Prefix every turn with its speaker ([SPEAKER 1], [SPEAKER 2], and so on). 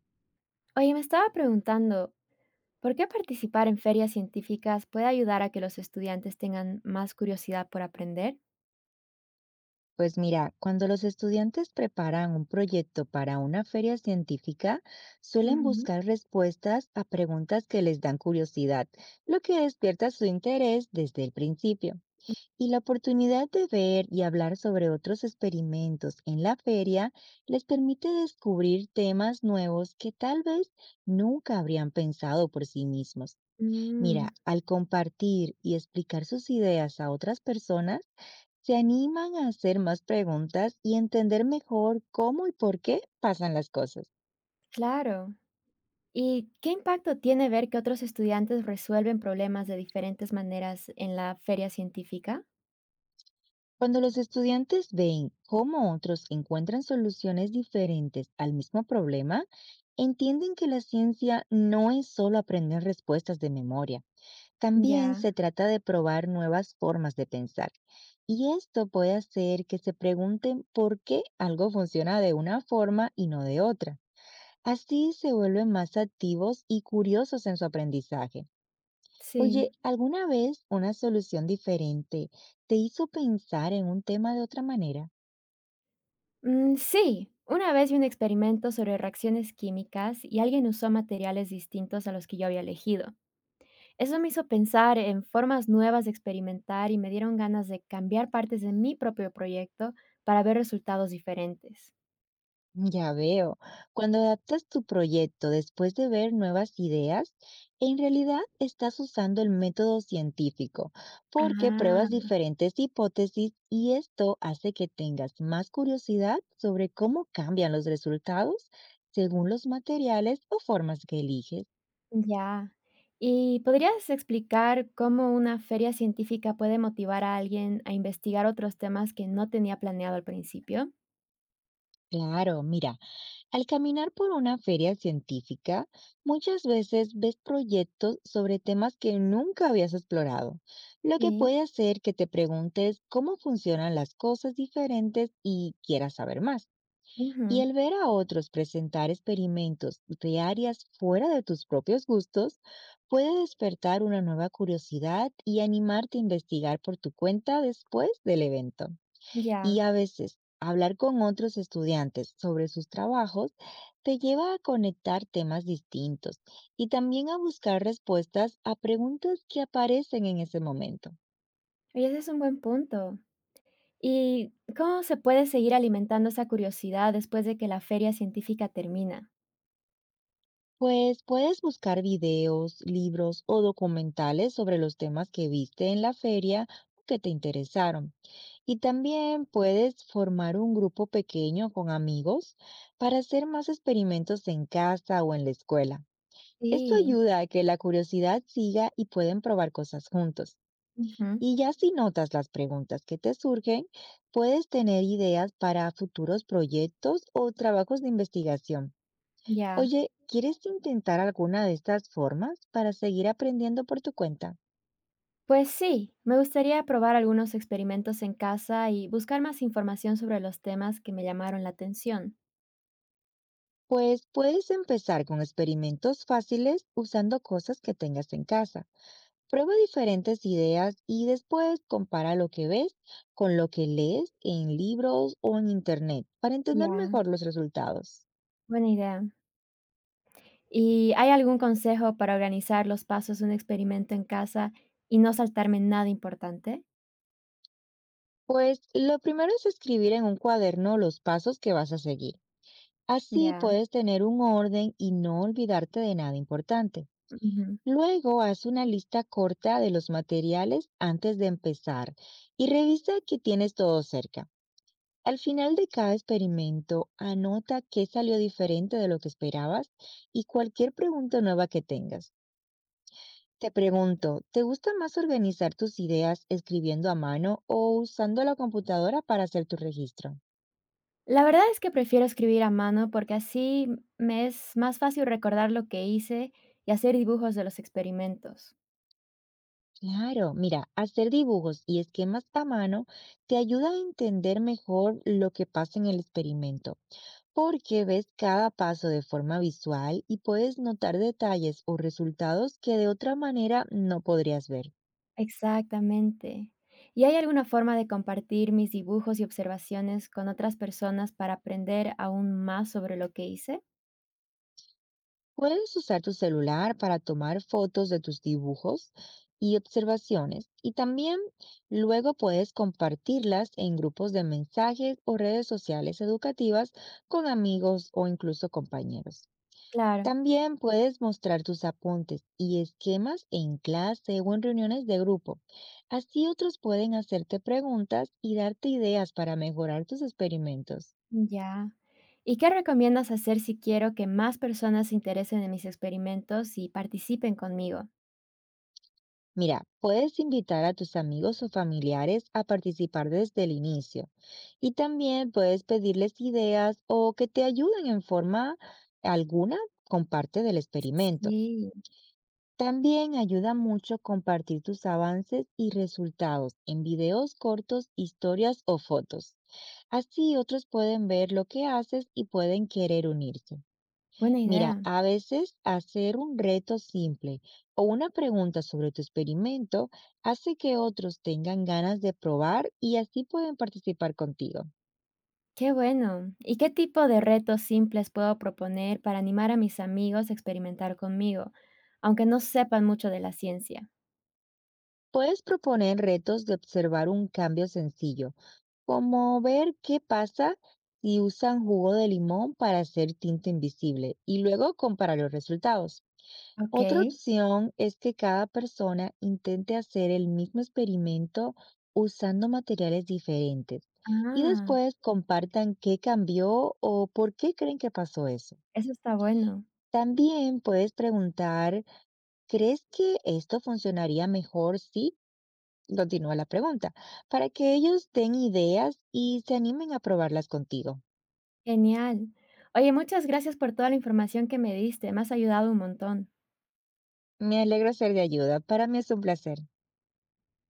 [SPEAKER 1] Oye, me estaba preguntando, ¿por qué participar en ferias científicas puede ayudar a que los estudiantes tengan más curiosidad por aprender?
[SPEAKER 2] Pues mira, cuando los estudiantes preparan un proyecto para una feria científica, suelen
[SPEAKER 1] Ujú.
[SPEAKER 2] buscar respuestas a preguntas que les dan curiosidad, lo que despierta su interés desde el principio. Y la oportunidad de ver y hablar sobre otros experimentos en la feria les permite descubrir temas nuevos que tal vez nunca habrían pensado por sí mismos. Mira,
[SPEAKER 1] Mm,
[SPEAKER 2] al compartir y explicar sus ideas a otras personas, se animan a hacer más preguntas y entender mejor cómo y por qué pasan las cosas.
[SPEAKER 1] claro. ¿Y qué impacto tiene ver que otros estudiantes resuelven problemas de diferentes maneras en la feria científica?
[SPEAKER 2] Cuando los estudiantes ven cómo otros encuentran soluciones diferentes al mismo problema, entienden que la ciencia no es solo aprender respuestas de memoria, también
[SPEAKER 1] Ya,
[SPEAKER 2] se trata de probar nuevas formas de pensar. Y esto puede hacer que se pregunten por qué algo funciona de una forma y no de otra. Así se vuelven más activos y curiosos en su aprendizaje.
[SPEAKER 1] sí.
[SPEAKER 2] Oye, ¿alguna vez una solución diferente te hizo pensar en un tema de otra manera?
[SPEAKER 1] Mm, sí, una vez vi un experimento sobre reacciones químicas y alguien usó materiales distintos a los que yo había elegido. Eso me hizo pensar en formas nuevas de experimentar y me dieron ganas de cambiar partes de mi propio proyecto para ver resultados diferentes.
[SPEAKER 2] Ya veo, cuando adaptas tu proyecto después de ver nuevas ideas, en realidad estás usando el método científico, porque
[SPEAKER 1] Ah,
[SPEAKER 2] pruebas diferentes hipótesis y esto hace que tengas más curiosidad sobre cómo cambian los resultados según los materiales o formas que eliges.
[SPEAKER 1] ya. ¿Y podrías explicar cómo una feria científica puede motivar a alguien a investigar otros temas que no tenía planeado al principio?
[SPEAKER 2] Claro, mira. Al caminar por una feria científica, muchas veces ves proyectos sobre temas que nunca habías explorado, lo que
[SPEAKER 1] Sí.
[SPEAKER 2] puede hacer que te preguntes cómo funcionan las cosas diferentes y quieras saber más.
[SPEAKER 1] Ujú,
[SPEAKER 2] Y el ver a otros presentar experimentos de áreas fuera de tus propios gustos puede despertar una nueva curiosidad y animarte a investigar por tu cuenta después del evento. Y
[SPEAKER 1] ya.
[SPEAKER 2] a veces hablar con otros estudiantes sobre sus trabajos te lleva a conectar temas distintos y también a buscar respuestas a preguntas que aparecen en ese momento.
[SPEAKER 1] Oye, ese es un buen punto. ¿Y cómo se puede seguir alimentando esa curiosidad después de que la feria científica termina?
[SPEAKER 2] Pues puedes buscar videos, libros o documentales sobre los temas que viste en la feria o que te interesaron. Y también puedes formar un grupo pequeño con amigos para hacer más experimentos en casa o en la escuela. Esto
[SPEAKER 1] Sí.
[SPEAKER 2] ayuda a que la curiosidad siga y pueden probar cosas juntos.
[SPEAKER 1] Ujú,
[SPEAKER 2] Y ya si notas las preguntas que te surgen, puedes tener ideas para futuros proyectos o trabajos de investigación.
[SPEAKER 1] ya.
[SPEAKER 2] Oye, ¿quieres intentar alguna de estas formas para seguir aprendiendo por tu cuenta?
[SPEAKER 1] Pues sí, me gustaría probar algunos experimentos en casa y buscar más información sobre los temas que me llamaron la atención.
[SPEAKER 2] Pues puedes empezar con experimentos fáciles usando cosas que tengas en casa. Prueba diferentes ideas y después compara lo que ves con lo que lees en libros o en internet para entender
[SPEAKER 1] Ya,
[SPEAKER 2] mejor los resultados.
[SPEAKER 1] buena idea. ¿Y hay algún consejo para organizar los pasos de un experimento en casa y no saltarme nada importante?
[SPEAKER 2] Pues lo primero es escribir en un cuaderno los pasos que vas a seguir. Así
[SPEAKER 1] Ya.
[SPEAKER 2] puedes tener un orden y no olvidarte de nada importante.
[SPEAKER 1] Ujú.
[SPEAKER 2] Luego haz una lista corta de los materiales antes de empezar y revisa que tienes todo cerca. Al final de cada experimento, anota qué salió diferente de lo que esperabas y cualquier pregunta nueva que tengas. Te pregunto, ¿te gusta más organizar tus ideas escribiendo a mano o usando la computadora para hacer tu registro?
[SPEAKER 1] La verdad es que prefiero escribir a mano porque así me es más fácil recordar lo que hice y hacer dibujos de los experimentos.
[SPEAKER 2] Claro, mira, hacer dibujos y esquemas a mano te ayuda a entender mejor lo que pasa en el experimento, porque ves cada paso de forma visual y puedes notar detalles o resultados que de otra manera no podrías ver.
[SPEAKER 1] Exactamente. ¿Y hay alguna forma de compartir mis dibujos y observaciones con otras personas para aprender aún más sobre lo que hice?
[SPEAKER 2] Puedes usar tu celular para tomar fotos de tus dibujos y observaciones y también luego puedes compartirlas en grupos de mensajes o redes sociales educativas con amigos o incluso compañeros.
[SPEAKER 1] Claro,
[SPEAKER 2] También puedes mostrar tus apuntes y esquemas en clase o en reuniones de grupo. Así otros pueden hacerte preguntas y darte ideas para mejorar tus experimentos.
[SPEAKER 1] ya. ¿Y qué recomiendas hacer si quiero que más personas se interesen en mis experimentos y participen conmigo?
[SPEAKER 2] Mira, puedes invitar a tus amigos o familiares a participar desde el inicio y también puedes pedirles ideas o que te ayuden en forma alguna con parte del experimento.
[SPEAKER 1] Sí,
[SPEAKER 2] También ayuda mucho compartir tus avances y resultados en videos cortos, historias o fotos. Así otros pueden ver lo que haces y pueden querer unirse.
[SPEAKER 1] buena
[SPEAKER 2] Mira,
[SPEAKER 1] idea.
[SPEAKER 2] a veces hacer un reto simple o una pregunta sobre tu experimento hace que otros tengan ganas de probar y así pueden participar contigo.
[SPEAKER 1] Qué bueno. ¿Y qué tipo de retos simples puedo proponer para animar a mis amigos a experimentar conmigo, aunque no sepan mucho de la ciencia?
[SPEAKER 2] Puedes proponer retos de observar un cambio sencillo, como ver qué pasa si usan jugo de limón para hacer tinta invisible y luego comparar los resultados.
[SPEAKER 1] Ok.
[SPEAKER 2] Otra opción es que cada persona intente hacer el mismo experimento usando materiales diferentes y
[SPEAKER 1] Ah,
[SPEAKER 2] después compartan qué cambió o por qué creen que pasó eso.
[SPEAKER 1] eso está bueno.
[SPEAKER 2] También puedes preguntar, ¿crees que esto funcionaría mejor si? Continúa la pregunta, para que ellos den ideas y se animen a probarlas contigo.
[SPEAKER 1] Genial. Oye, muchas gracias por toda la información que me diste, me has ayudado un montón.
[SPEAKER 2] Me alegra ser de ayuda. Para mí es un placer.